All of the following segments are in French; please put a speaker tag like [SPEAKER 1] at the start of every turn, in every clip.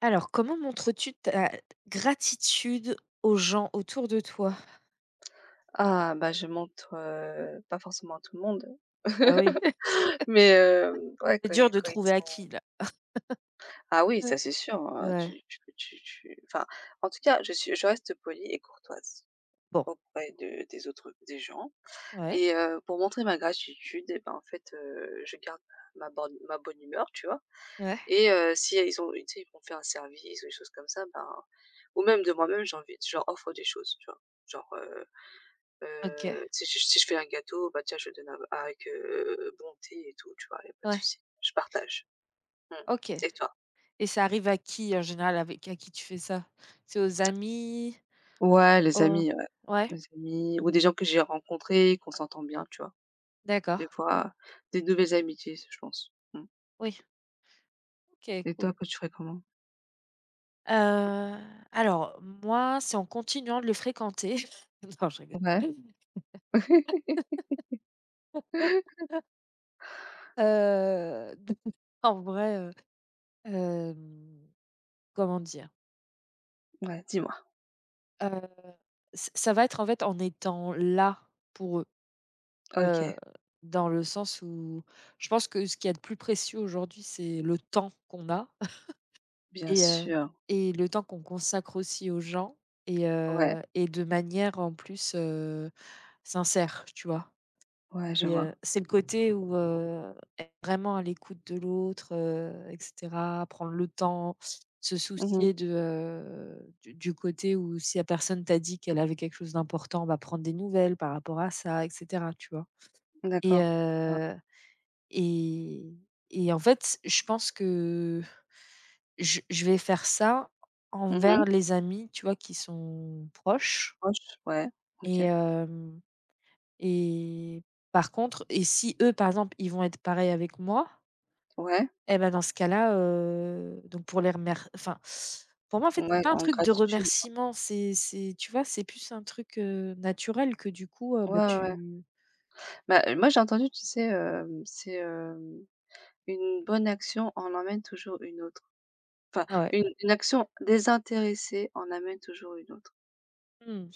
[SPEAKER 1] Alors, comment montres-tu ta gratitude aux gens autour de toi?
[SPEAKER 2] Ah bah, je montre, pas forcément à tout le monde.
[SPEAKER 1] Ah oui.
[SPEAKER 2] Mais ouais,
[SPEAKER 1] C'est
[SPEAKER 2] quand
[SPEAKER 1] dur
[SPEAKER 2] ils
[SPEAKER 1] de
[SPEAKER 2] quand ils
[SPEAKER 1] trouver à
[SPEAKER 2] sont
[SPEAKER 1] qui, là.
[SPEAKER 2] ah oui, ça
[SPEAKER 1] Ouais.
[SPEAKER 2] c'est sûr,
[SPEAKER 1] Ouais.
[SPEAKER 2] tu tu tu tu enfin, en tout cas, je reste polie et courtoise
[SPEAKER 1] Bon.
[SPEAKER 2] auprès de des autres des gens
[SPEAKER 1] Ouais,
[SPEAKER 2] et pour montrer ma gratitude et ben, en fait, je garde ma bonne humeur, tu vois?
[SPEAKER 1] ouais.
[SPEAKER 2] Et si ils ont tu sais, ils m'ont fait un service ou des choses comme ça, ben ou même de moi-même, j'ai envie je leur offre des choses, tu vois? Genre,
[SPEAKER 1] OK.
[SPEAKER 2] Si je fais un gâteau, bah, tiens, je donne av avec, bonté et tout, tu vois? Il y a pas de
[SPEAKER 1] Ouais.
[SPEAKER 2] souci. Je partage. Mmh.
[SPEAKER 1] OK.
[SPEAKER 2] Et toi?
[SPEAKER 1] Et ça arrive à qui, en général, avec à qui tu fais ça? C'est aux amis? Aux
[SPEAKER 2] Ouais,
[SPEAKER 1] Ouais,
[SPEAKER 2] les amis ou des gens que j'ai rencontrés, qu'on s'entend bien, tu vois?
[SPEAKER 1] d'accord.
[SPEAKER 2] Des fois, des nouvelles amitiés, je pense. Mmh.
[SPEAKER 1] Oui, OK,
[SPEAKER 2] Et toi,
[SPEAKER 1] cool.
[SPEAKER 2] que tu ferais comment?
[SPEAKER 1] Heu, alors moi, c'est en continuant de le fréquenter. Non, je rigole.
[SPEAKER 2] Ouais.
[SPEAKER 1] Heu, en vrai, hem, comment dire?
[SPEAKER 2] Ouais, dis-moi.
[SPEAKER 1] Heu, ç Ça va être en fait en étant là pour eux, heu,
[SPEAKER 2] OK,
[SPEAKER 1] dans le sens où je pense que ce qu'il y a de plus précieux aujourd'hui, c'est le temps qu'on a
[SPEAKER 2] bien
[SPEAKER 1] et heu
[SPEAKER 2] sûr.
[SPEAKER 1] et le temps qu'on consacre aussi aux gens
[SPEAKER 2] Ouais,
[SPEAKER 1] et de manière en plus, sincère, tu vois?
[SPEAKER 2] ouais, je
[SPEAKER 1] Et
[SPEAKER 2] vois.
[SPEAKER 1] c'est le côté où, être vraiment à l'écoute de l'autre, et cetera, prendre le temps, se
[SPEAKER 2] Mmh.
[SPEAKER 1] soucier de, du côté où si la personne t'a dit qu'elle avait quelque chose d'important, bah, prendre des nouvelles par rapport à ça et cetera, tu vois? Et
[SPEAKER 2] D'accord.
[SPEAKER 1] et et en fait, je pense que je vais faire ça
[SPEAKER 2] Mmh.
[SPEAKER 1] envers les amis, tu vois, qui sont proches
[SPEAKER 2] Proche, ouais.
[SPEAKER 1] et
[SPEAKER 2] OK.
[SPEAKER 1] hem et par contre et si eux, par exemple, ils vont être pareils avec moi.
[SPEAKER 2] Ouais,
[SPEAKER 1] Et ben dans ce cas-là, donc pour les remer enfin, pour moi, en fait, c'est
[SPEAKER 2] ouais,
[SPEAKER 1] pas un
[SPEAKER 2] en
[SPEAKER 1] truc de
[SPEAKER 2] gratitude.
[SPEAKER 1] remerciement, c'est tu vois, c'est plus un truc, naturel que du coup,
[SPEAKER 2] Ouais,
[SPEAKER 1] bah,
[SPEAKER 2] ouais, ouais.
[SPEAKER 1] tu
[SPEAKER 2] Bah, moi j'ai entendu, tu sais, c'est, hem: «Une bonne action en emmène toujours une autre». Enfin,
[SPEAKER 1] ah ouais.
[SPEAKER 2] une action désintéressée en amène toujours une autre,
[SPEAKER 1] Mmh.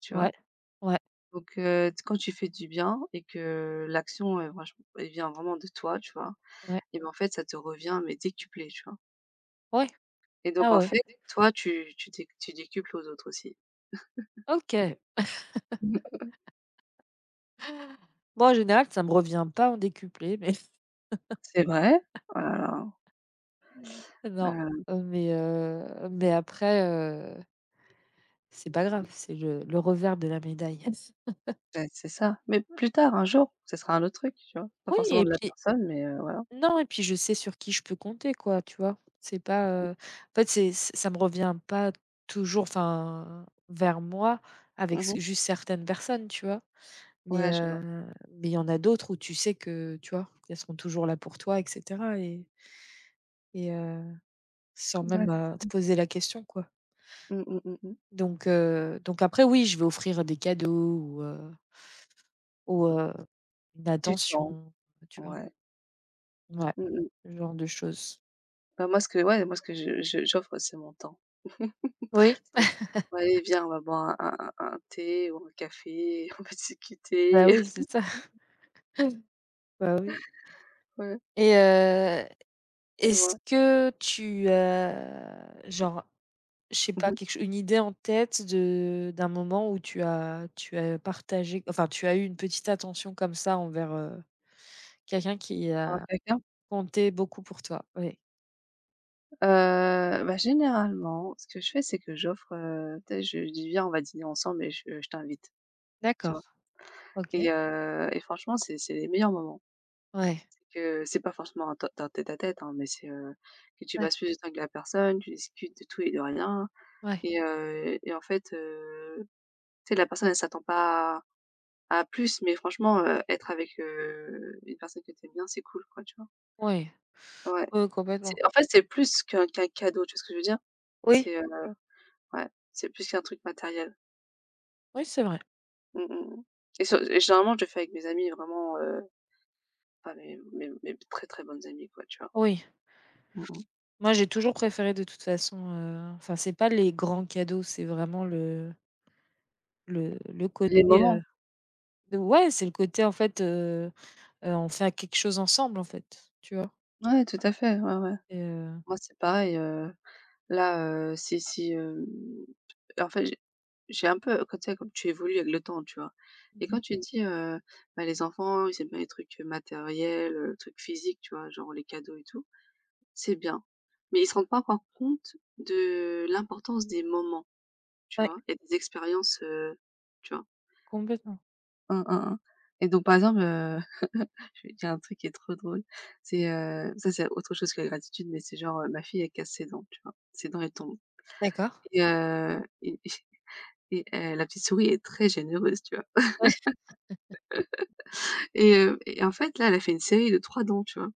[SPEAKER 2] tu vois?
[SPEAKER 1] Ouais. Ouais.
[SPEAKER 2] Donc, t quand tu fais du bien et que l'action, franchement, elle vient vraiment de toi, tu vois?
[SPEAKER 1] Ouais.
[SPEAKER 2] Et ben, en fait, ça te revient, mais décuplé, tu vois?
[SPEAKER 1] Ouais.
[SPEAKER 2] Et
[SPEAKER 1] Ah
[SPEAKER 2] donc en
[SPEAKER 1] ouais.
[SPEAKER 2] fait, toi, tu tu dé tu décuples aux autres aussi.
[SPEAKER 1] OK.
[SPEAKER 2] Mhm.
[SPEAKER 1] Moi, en général, ça me revient pas en décuplé, mais
[SPEAKER 2] C'est vrai? Oh là là, oh
[SPEAKER 1] non,
[SPEAKER 2] là là.
[SPEAKER 1] mais après, heu, c'est pas grave, c'est le revers de la médaille.
[SPEAKER 2] Beh, c'est ça, mais plus tard, un jour, ce sera un autre truc, tu vois? Pas
[SPEAKER 1] Oui
[SPEAKER 2] forcément
[SPEAKER 1] et
[SPEAKER 2] de la
[SPEAKER 1] puis.
[SPEAKER 2] personne, mais, voilà.
[SPEAKER 1] Non et puis je sais sur qui je peux compter quoi, tu vois? C'est pas, en fait c'est ç ça me revient pas toujours enfin, vers moi avec
[SPEAKER 2] Mmh.
[SPEAKER 1] c juste certaines personnes, tu vois? Mais,
[SPEAKER 2] Ouais, je vois.
[SPEAKER 1] heu, mais il y en a d'autres où tu sais que, tu vois, qu'elles seront toujours là pour toi et cetera et et heu, sans
[SPEAKER 2] Ouais,
[SPEAKER 1] même,
[SPEAKER 2] c'est ça.
[SPEAKER 1] te poser la question quoi.
[SPEAKER 2] Mmh, mmh, mmh mh.
[SPEAKER 1] Donc après oui, je vais offrir des cadeaux ou, heu, une
[SPEAKER 2] Du temps,
[SPEAKER 1] attention, tu vois?
[SPEAKER 2] ouais.
[SPEAKER 1] Ouais,
[SPEAKER 2] Mmh mh.
[SPEAKER 1] ce genre de choses.
[SPEAKER 2] Bah, moi, ce que ouais, moi, ce que je j'offre, c'est mon temps.
[SPEAKER 1] Oui,
[SPEAKER 2] C'est: «Bon, allez, viens, on va boire un thé ou un café, on va discuter».
[SPEAKER 1] bah oui, c'est ça, bah oui.
[SPEAKER 2] Ouais,
[SPEAKER 1] Et
[SPEAKER 2] tu
[SPEAKER 1] est-ce
[SPEAKER 2] vois?
[SPEAKER 1] que tu as genre, je sais pas,
[SPEAKER 2] Mmh.
[SPEAKER 1] quelque cho une idée en tête de d'un moment où tu as partagé enfin, tu as eu une petite attention comme ça envers, quelqu'un qui
[SPEAKER 2] Alors
[SPEAKER 1] a
[SPEAKER 2] quelqu'un?
[SPEAKER 1] compté beaucoup pour toi? Oui.
[SPEAKER 2] Bah, généralement, ce que je fais, c'est que j'offre, tu sais, je dis: «Viens, on va dîner ensemble et je t'invite», tu
[SPEAKER 1] D'accord,
[SPEAKER 2] vois?
[SPEAKER 1] OK.
[SPEAKER 2] Et franchement, c'est les meilleurs moments.
[SPEAKER 1] Ouais,
[SPEAKER 2] Que c'est pas forcément un tête à tête, hein, mais c'est, que tu
[SPEAKER 1] ouais,
[SPEAKER 2] passes plus de temps avec la personne, tu discutes de tout et de rien.
[SPEAKER 1] ouais,
[SPEAKER 2] Et en fait, tu sais, la personne elle s'attend pas à à plus, mais franchement, être avec, une personne que tu bien, c'est cool quoi, tu vois?
[SPEAKER 1] ouais,
[SPEAKER 2] Ouais.
[SPEAKER 1] ouais, complètement.
[SPEAKER 2] C'est en fait, c'est plus qu'un cadeau, tu vois ce que je veux dire?
[SPEAKER 1] Oui,
[SPEAKER 2] C'est, ouais, c'est plus qu'un truc matériel.
[SPEAKER 1] oui, c'est vrai.
[SPEAKER 2] Mmh mh, mmh et sur et généralement, je le fais avec mes amis vraiment, enfin mes très, très bonnes amies quoi, tu vois?
[SPEAKER 1] Oui.
[SPEAKER 2] Mmh mh.
[SPEAKER 1] Moi, j'ai toujours préféré de toute façon, enfin, c'est pas les grands cadeaux, c'est vraiment le
[SPEAKER 2] Les
[SPEAKER 1] côté,
[SPEAKER 2] moments.
[SPEAKER 1] de ouais, c'est le côté en fait. On fait quelque chose ensemble, en fait, tu vois?
[SPEAKER 2] Ouais, tout à fait, ouais, ouais.
[SPEAKER 1] Et
[SPEAKER 2] Moi, c'est pareil, si si, en fait, j'ai un peu comme tu sais, comme tu évolues avec le temps, tu vois?
[SPEAKER 1] Mmh
[SPEAKER 2] Et quand
[SPEAKER 1] mh.
[SPEAKER 2] tu dis, bah, les enfants, ils aiment bien les trucs, matériels, les trucs physiques, tu vois? Genre les cadeaux et tout, c'est bien. Mais ils se rendent pas encore compte de l'importance des moments, tu
[SPEAKER 1] Ouais,
[SPEAKER 2] vois? Et des expériences, tu vois?
[SPEAKER 1] complètement.
[SPEAKER 2] Mmh, mmh, mmh. Et donc par exemple, je vais dire un truc qui est trop drôle. C'est, ça c'est autre chose que la gratitude, mais c'est genre, ma fille, elle casse ses dents, tu vois? Ses dents, elles tombent.
[SPEAKER 1] D'accord.
[SPEAKER 2] Et et la petite souris est très généreuse, tu vois?
[SPEAKER 1] Ouais.
[SPEAKER 2] Et en fait, là, elle a fait une série de 3 dents, tu vois?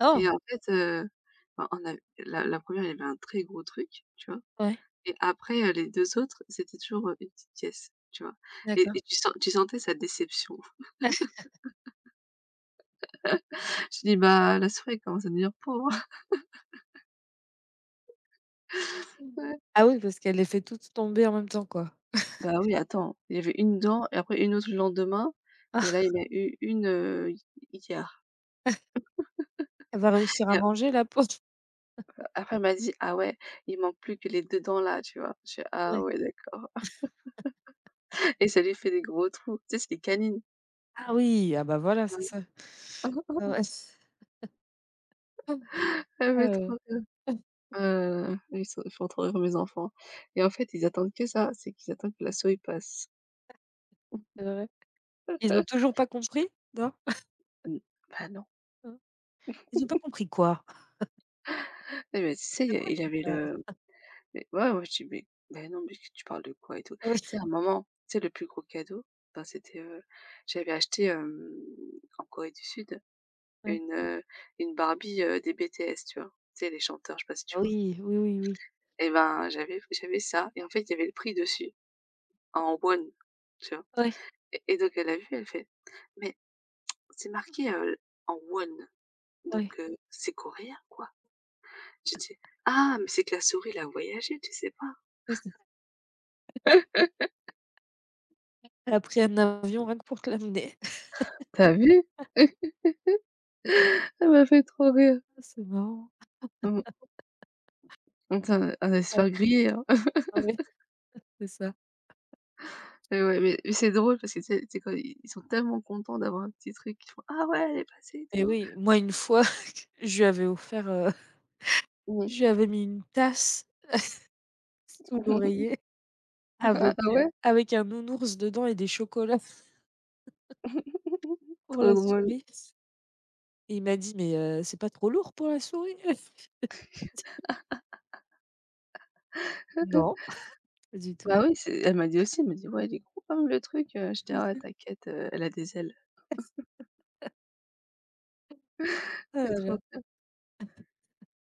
[SPEAKER 1] Oh!
[SPEAKER 2] Et en fait, ben, on a la 1 il y avait un très gros truc, tu vois?
[SPEAKER 1] Ouais,
[SPEAKER 2] Et après, les 2 autres, c'était toujours, une petite pièce, tu vois?
[SPEAKER 1] d'accord.
[SPEAKER 2] Et tu sentais sa déception. Je dis: «Bah, la souris, elle commence à devenir pauvre», ouais.
[SPEAKER 1] Ah oui, parce qu'elle les fait toutes tomber en même temps, quoi.
[SPEAKER 2] Bah, oui, attends, il y avait une dent et après une autre le lendemain et
[SPEAKER 1] Ah!
[SPEAKER 2] là, il y en a eu une hi hier
[SPEAKER 1] Elle va réussir
[SPEAKER 2] et
[SPEAKER 1] à
[SPEAKER 2] a
[SPEAKER 1] manger, la pauvre?
[SPEAKER 2] après, elle m'a dit: «Ah ouais, il manque plus que les 2 dents là», tu vois? Je fais: «Ah
[SPEAKER 1] Ouais.
[SPEAKER 2] ouais, d'accord». Et ça lui fait des gros trous. Tu sais, c'est des canines.
[SPEAKER 1] Ah oui, ah bah, voilà, c'est ça.
[SPEAKER 2] Mmh.
[SPEAKER 1] Ah ouais.
[SPEAKER 2] Elle me fait
[SPEAKER 1] Heu,
[SPEAKER 2] trop rire. Ils sont ils font trop rire mes enfants et en fait, ils attendent que ça, c'est qu'ils attendent que la souris passe.
[SPEAKER 1] c'est vrai. Ils ont toujours pas compris? Non?
[SPEAKER 2] Mmh. Bah non.
[SPEAKER 1] Non? Ils ont pas compris quoi?
[SPEAKER 2] Eh mais tu sais, il
[SPEAKER 1] De
[SPEAKER 2] y a
[SPEAKER 1] quoi
[SPEAKER 2] il
[SPEAKER 1] tu
[SPEAKER 2] avait
[SPEAKER 1] parles?
[SPEAKER 2] le mais ouais, ouais, je dis: mais non, mais tu parles de quoi et tout?» Tu
[SPEAKER 1] Ah oui,
[SPEAKER 2] sais, à un moment, tu sais, le plus gros cadeau, bah, c'était, j'avais acheté, en Corée du Sud,
[SPEAKER 1] ouais.
[SPEAKER 2] une, heu, une Barbie, des BTS, tu vois? Tu sais, les chanteurs, je sais pas si tu
[SPEAKER 1] Ah
[SPEAKER 2] vois?
[SPEAKER 1] oui, oui, oui, oui.
[SPEAKER 2] Et ben, j'avais ça et en fait, il y avait le prix dessus. En one, tu vois?
[SPEAKER 1] Ouais,
[SPEAKER 2] Et donc elle a vu, elle fait: «Mais c'est marqué, en one, donc
[SPEAKER 1] ouais.
[SPEAKER 2] c'est coréen, quoi». J'ai dit: «Ah, mais c'est que la souris, elle a voyagé, tu sais pas?»
[SPEAKER 1] C'est ça. Elle a pris un avion rien que pour te l'amener.
[SPEAKER 2] T'as vu? Elle m'a fait trop rire.
[SPEAKER 1] Ah, c'est marrant.
[SPEAKER 2] Mmh. Attends, on allait se
[SPEAKER 1] Ouais,
[SPEAKER 2] faire griller, hein.
[SPEAKER 1] ouais, c'est ça.
[SPEAKER 2] Mais ouais, mais c'est drôle parce que tu sais quand ils sont tellement contents d'avoir un petit truc, ils font: «Ah ouais, elle est passée et
[SPEAKER 1] Et
[SPEAKER 2] tout».
[SPEAKER 1] oui, moi une fois, je lui avais offert,
[SPEAKER 2] Mmh.
[SPEAKER 1] je lui avais mis une tasse sous l'oreiller
[SPEAKER 2] «Ah
[SPEAKER 1] avec, heu,
[SPEAKER 2] ouais?»
[SPEAKER 1] avec un nounours dedans et des chocolats pour
[SPEAKER 2] Trop
[SPEAKER 1] la
[SPEAKER 2] drôle.
[SPEAKER 1] souris et il m'a dit: «Mais, c'est pas trop lourd pour la souris?» «Non, pas du tout».
[SPEAKER 2] Bah oui, c'est elle m'a dit aussi, elle m'a dit: «Ouais, il est gros comme le truc», j'étais: «Ah ouais,
[SPEAKER 1] C'est
[SPEAKER 2] t'inquiète, elle a des ailes».
[SPEAKER 1] Ah
[SPEAKER 2] C'est
[SPEAKER 1] là
[SPEAKER 2] trop.
[SPEAKER 1] là.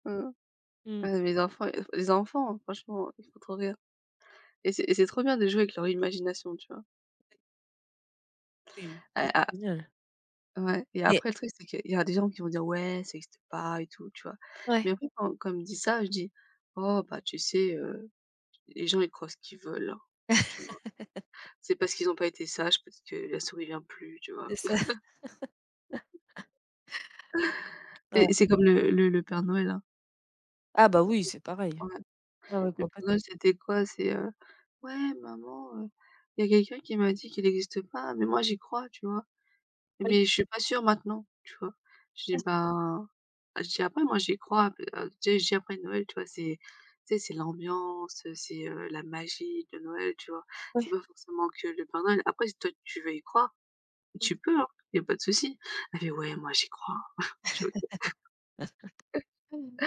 [SPEAKER 2] Mmh.
[SPEAKER 1] Mmh.
[SPEAKER 2] Ah mes enfants, les enfants hein, franchement, ils font trop rire et c'est trop bien de jouer avec leur imagination, tu vois?
[SPEAKER 1] Oui,
[SPEAKER 2] A
[SPEAKER 1] ça c'est
[SPEAKER 2] a
[SPEAKER 1] génial.
[SPEAKER 2] ouais et
[SPEAKER 1] Mais
[SPEAKER 2] après le truc, c'est qu'il y a des gens qui vont dire: «Ouais, ça existe pas et tout», tu vois? Mais
[SPEAKER 1] ouais,
[SPEAKER 2] après quand ils me disent ça, je dis: «Oh bah tu sais, les gens ils croient ce qu'ils veulent, hein», tu vois? C'est parce qu'ils ont pas été sages, peut-être que la souris vient plus, tu vois?
[SPEAKER 1] c'est ça. Ouais.
[SPEAKER 2] Et c'est comme le père Noël, hein.
[SPEAKER 1] Ah bah oui, c'est pareil.
[SPEAKER 2] Ouais.
[SPEAKER 1] Ah ouais,
[SPEAKER 2] Le père
[SPEAKER 1] complètement.
[SPEAKER 2] Noël c'était quoi? C'est, «Ouais maman, il y a quelqu'un qui m'a dit qu'il existe pas, mais moi j'y crois», tu vois?
[SPEAKER 1] Ouais,
[SPEAKER 2] Mais je suis pas sûre maintenant, tu vois? Je dis: «Ben», je dis: «Après moi j'y crois, p tu je dis: «Après Noël, tu vois, c'est tu sais, c'est l'ambiance, c'est, la magie de Noël», tu vois? C'est
[SPEAKER 1] ouais.
[SPEAKER 2] pas forcément que le Père Noël. Après si toi tu veux y croire, tu peux, hein, il y a pas de souci. Elle fait: «Ouais, moi j'y crois». Je fais: «OK».
[SPEAKER 1] Mmh.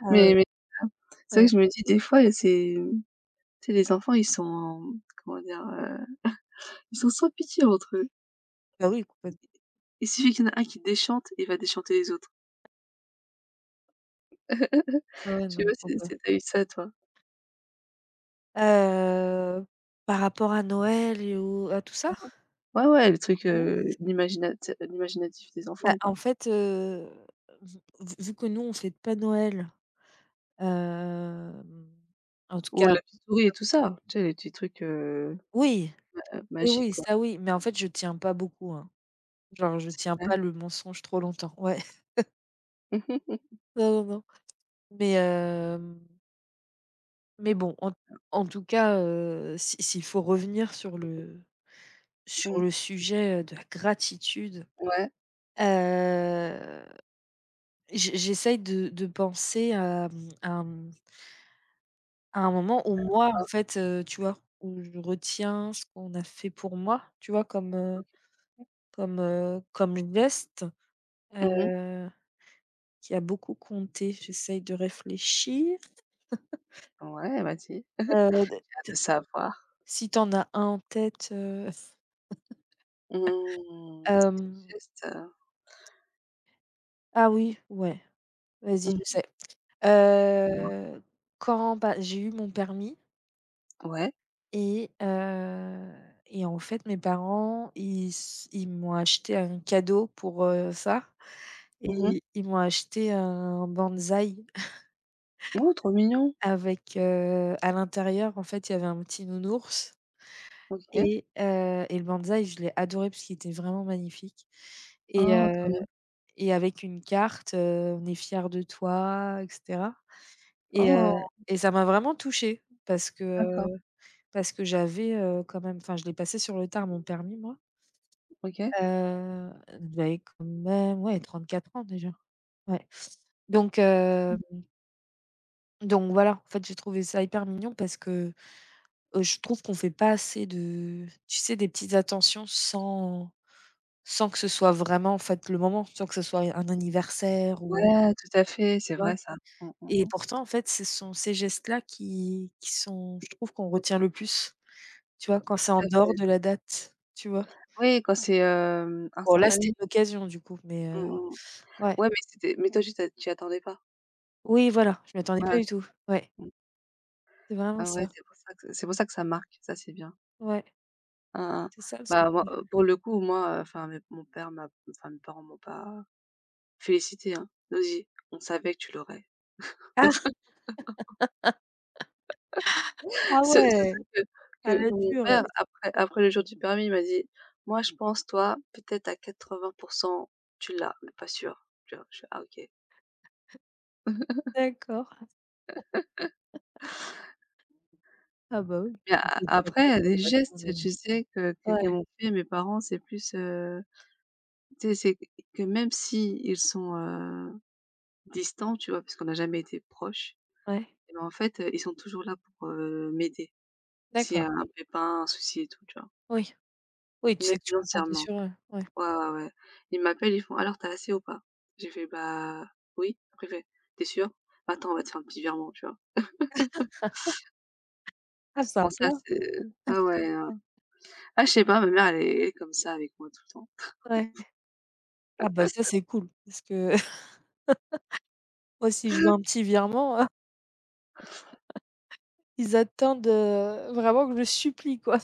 [SPEAKER 1] Ah ouais,
[SPEAKER 2] Mais mais euh, c'est vrai
[SPEAKER 1] ouais.
[SPEAKER 2] que je me dis des fois c'est tu sais les enfants ils sont comment dire? Ils sont sans pitié entre eux.
[SPEAKER 1] Bah oui, complètement.
[SPEAKER 2] Il suffit qu'il y en a un qui déchante, il va déchanter les autres. Je
[SPEAKER 1] Ah ouais,
[SPEAKER 2] sais
[SPEAKER 1] non,
[SPEAKER 2] pas
[SPEAKER 1] faut
[SPEAKER 2] si
[SPEAKER 1] pas.
[SPEAKER 2] tu eu ça toi?
[SPEAKER 1] Heu, Par rapport à Noël et au à tout ça?
[SPEAKER 2] Ouais, ouais, le truc,
[SPEAKER 1] Croyance?
[SPEAKER 2] l'imaginatif des
[SPEAKER 1] Bah,
[SPEAKER 2] enfants, quoi.
[SPEAKER 1] en fait, vu que nous on fête pas Noël, hem, en tout
[SPEAKER 2] Ou
[SPEAKER 1] cas
[SPEAKER 2] la petite souris et tout ça, tu sais, les petits trucs,
[SPEAKER 1] oui, oui,
[SPEAKER 2] magiques,
[SPEAKER 1] oui,
[SPEAKER 2] quoi.
[SPEAKER 1] ça oui, mais en fait je tiens pas beaucoup, hein. Genre je
[SPEAKER 2] C'est
[SPEAKER 1] tiens
[SPEAKER 2] vrai.
[SPEAKER 1] pas le mensonge trop longtemps, ouais. Non, non, non, mais hem, mais bon, en tout cas, si s'il faut revenir sur
[SPEAKER 2] Mmh.
[SPEAKER 1] le sujet, de la gratitude,
[SPEAKER 2] Ouais,
[SPEAKER 1] heu j'essaye de penser, à un moment où moi, en
[SPEAKER 2] quoi?
[SPEAKER 1] fait, tu vois, où je retiens ce qu'on a fait pour moi, tu vois,
[SPEAKER 2] OK.
[SPEAKER 1] comme geste,
[SPEAKER 2] Mmh.
[SPEAKER 1] heu, qui a beaucoup compté. J'essaye de réfléchir,
[SPEAKER 2] Ouais, vas-y,
[SPEAKER 1] d
[SPEAKER 2] hâte de savoir.
[SPEAKER 1] si t'en as un en tête,
[SPEAKER 2] Mmh, c'était
[SPEAKER 1] hem,
[SPEAKER 2] juste,
[SPEAKER 1] ah oui, ouais, vas-y,
[SPEAKER 2] mmh
[SPEAKER 1] je
[SPEAKER 2] mh,
[SPEAKER 1] sais. Heu, Quand, bah, j'ai eu mon permis.
[SPEAKER 2] ouais.
[SPEAKER 1] Et en fait, mes parents, ils m'ont acheté un cadeau pour, ça
[SPEAKER 2] Mmh.
[SPEAKER 1] et ils m'ont acheté un bonsaï
[SPEAKER 2] Oh, trop mignon!
[SPEAKER 1] avec, à l'intérieur, en fait, il y avait un petit nounours
[SPEAKER 2] OK.
[SPEAKER 1] et le bonsaï, je l'ai adoré parce qu'il était vraiment magnifique et
[SPEAKER 2] Oh, trop mignon.
[SPEAKER 1] avec une carte, «On est fiers de toi» et cetera et
[SPEAKER 2] Oh,
[SPEAKER 1] ça m'a vraiment touchée parce que,
[SPEAKER 2] d'accord,
[SPEAKER 1] parce que j'avais, quand même enfin, je l'ai passé sur le tard, mon permis, moi.
[SPEAKER 2] OK.
[SPEAKER 1] Elle devait quand même ouais 34 ans déjà. Ouais. Donc heu, donc voilà, en fait, j'ai trouvé ça hyper mignon parce que, je trouve qu'on fait pas assez de tu sais, des petites attentions sans que ce soit vraiment, en fait, le moment, sans que ce soit un anniversaire ou
[SPEAKER 2] Ouais, tout à fait,
[SPEAKER 1] tu
[SPEAKER 2] c'est
[SPEAKER 1] vois?
[SPEAKER 2] vrai ça. Mmh, mmh
[SPEAKER 1] Et
[SPEAKER 2] mmh.
[SPEAKER 1] pourtant, en fait, ce sont ces gestes-là qui sont je trouve qu'on retient le plus, tu vois? Quand c'est en
[SPEAKER 2] Tout à
[SPEAKER 1] dehors
[SPEAKER 2] fait.
[SPEAKER 1] de la date, tu vois?
[SPEAKER 2] Oui, quand c'est,
[SPEAKER 1] Bon là, c'était
[SPEAKER 2] instantané.
[SPEAKER 1] une occasion du coup, mais
[SPEAKER 2] Mmh mmh.
[SPEAKER 1] ouais.
[SPEAKER 2] Ouais, mais c'était mais toi juste, tu t'a t'y attendais pas?
[SPEAKER 1] Oui, voilà, je m'y attendais pas
[SPEAKER 2] Voilà,
[SPEAKER 1] du
[SPEAKER 2] c'est
[SPEAKER 1] tout,
[SPEAKER 2] ça.
[SPEAKER 1] ouais.
[SPEAKER 2] Mmh.
[SPEAKER 1] C'est vraiment
[SPEAKER 2] Ah ouais,
[SPEAKER 1] ça.
[SPEAKER 2] c'est pour ça que ça marque, ça c'est bien.
[SPEAKER 1] Ouais,
[SPEAKER 2] Hein, hein.
[SPEAKER 1] c'est ça le secret.
[SPEAKER 2] Bah, moi, pour le coup, moi, enfin mes mon père m'a enfin mes parents m'ont pas félicité, hein. Ils ont dit: «On savait que tu l'aurais».
[SPEAKER 1] Ah! Ah
[SPEAKER 2] Ce
[SPEAKER 1] ouais!
[SPEAKER 2] surtout que
[SPEAKER 1] À la
[SPEAKER 2] mon
[SPEAKER 1] dure,
[SPEAKER 2] père
[SPEAKER 1] ouais.
[SPEAKER 2] après le jour du permis, il m'a dit: «Moi je pense toi, peut-être à 80 tu l'as, mais pas sûr». Tu vois? Je fais: «Ah OK».
[SPEAKER 1] D'accord. Ah bah, oui.
[SPEAKER 2] Mais
[SPEAKER 1] Il
[SPEAKER 2] a
[SPEAKER 1] faut que
[SPEAKER 2] après, il
[SPEAKER 1] chacun
[SPEAKER 2] y a
[SPEAKER 1] sa
[SPEAKER 2] des
[SPEAKER 1] façon
[SPEAKER 2] gestes,
[SPEAKER 1] de.
[SPEAKER 2] tu sais, que
[SPEAKER 1] Ouais,
[SPEAKER 2] m'ont fait mes parents, c'est plus, tu sais, c'est que même si ils sont, distants, tu vois? Parce qu'on n'a jamais été proches
[SPEAKER 1] ouais.
[SPEAKER 2] et ben, en fait, ils sont toujours là pour, m'aider. S'il y
[SPEAKER 1] D'accord.
[SPEAKER 2] a un pépin, un souci et tout, tu vois?
[SPEAKER 1] Oui. Oui, tu sais
[SPEAKER 2] Même
[SPEAKER 1] que tu peux compter
[SPEAKER 2] financièrement.
[SPEAKER 1] sur eux. Ouais.
[SPEAKER 2] Ouais, ouais, ouais. Ils m'appellent, ils font: «Alors, t'as assez ou pas?» J'ai fait: «Bah, oui». Après, il fait: «Tu es attends, on va te faire un petit virement», tu vois?
[SPEAKER 1] Ah
[SPEAKER 2] Bon ça,
[SPEAKER 1] sympa.
[SPEAKER 2] c'est ouais, ouais, hein. Ah, je sais pas, ma mère, elle est comme ça avec moi tout le temps.
[SPEAKER 1] Ouais. Ah bah, ça, c'est cool parce que moi, si je veux un petit virement, ils attendent, vraiment que je supplie, quoi.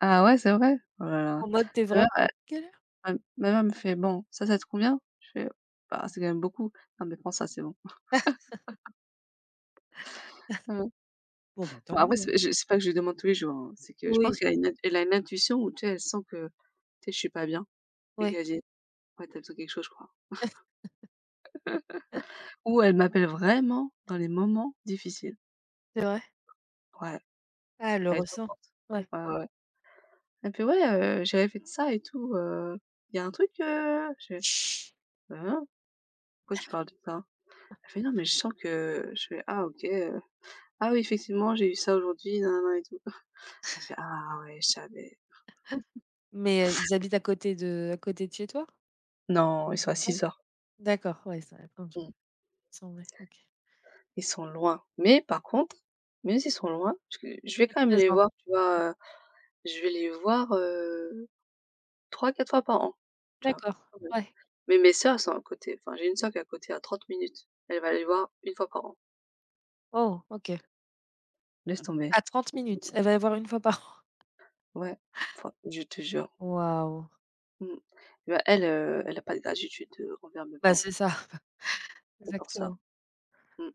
[SPEAKER 2] Ah ouais, c'est vrai? Oh là là.
[SPEAKER 1] En mode: «Tu es
[SPEAKER 2] Ma
[SPEAKER 1] vraiment
[SPEAKER 2] mère
[SPEAKER 1] à quelle».
[SPEAKER 2] ah, ma maman me fait: «Bon, ça te convient?» Je fais: «Bah, c'est quand même beaucoup». «Non, mais prends ça, c'est bon». Mmh. Bon, après, c'est je c'est pas que je lui demande tous les jours, hein. C'est que je pense
[SPEAKER 1] Oui,
[SPEAKER 2] qu'elle a une intuition où, tu sais, elle sent que, tu sais, je suis pas bien et
[SPEAKER 1] ouais,
[SPEAKER 2] qu'elle dit: «Ouais, tu as besoin de quelque chose, je crois». Ou elle m'appelle vraiment dans les moments difficiles.
[SPEAKER 1] c'est vrai.
[SPEAKER 2] Ouais,
[SPEAKER 1] Ah, elle le
[SPEAKER 2] elle est trop
[SPEAKER 1] ressent.
[SPEAKER 2] forte.
[SPEAKER 1] Ouais.
[SPEAKER 2] Ouais, ouais, ouais. Elle me fait: «Ouais, j'ai rêvé de ça et tout, il y a un truc, heu?» Je fais: «Bah, non, pourquoi tu parles de ça?» Elle fait: «Non, mais je sens que», je fais: «Ah, OK, ah oui, effectivement, j'ai eu ça aujourd'hui, nin et tout». Elle fait: «Ah ouais, je savais».
[SPEAKER 1] Mais, ils habitent à côté de chez toi?
[SPEAKER 2] Non, ils sont à
[SPEAKER 1] Non?
[SPEAKER 2] 6h.
[SPEAKER 1] D'accord, ouais, ça répond.
[SPEAKER 2] Mmh.
[SPEAKER 1] 100, ouais, OK.
[SPEAKER 2] Ils sont loin. Mais par contre, même s'ils sont loin, je vais
[SPEAKER 1] Et
[SPEAKER 2] quand même les
[SPEAKER 1] présent.
[SPEAKER 2] voir, tu vois? Je vais les voir, 3-4 fois par an, tu vois?
[SPEAKER 1] D'accord,
[SPEAKER 2] Quand même.
[SPEAKER 1] ouais.
[SPEAKER 2] Mais mes sœurs, sont à côté. Enfin, j'ai une sœur qui est à côté à 30 minutes. Elle va les voir une fois par an.
[SPEAKER 1] Oh, OK.
[SPEAKER 2] Laisse tomber.
[SPEAKER 1] À 30 minutes, elle va y voir une fois par an.
[SPEAKER 2] Ouais, enfin, je te jure.
[SPEAKER 1] Waouh!
[SPEAKER 2] Mmh. Bah, elle, elle a pas de gratitude, envers mes
[SPEAKER 1] Bah,
[SPEAKER 2] parents,
[SPEAKER 1] c'est ça,
[SPEAKER 2] c'est pour ça.
[SPEAKER 1] exactement.
[SPEAKER 2] Mmh mmh.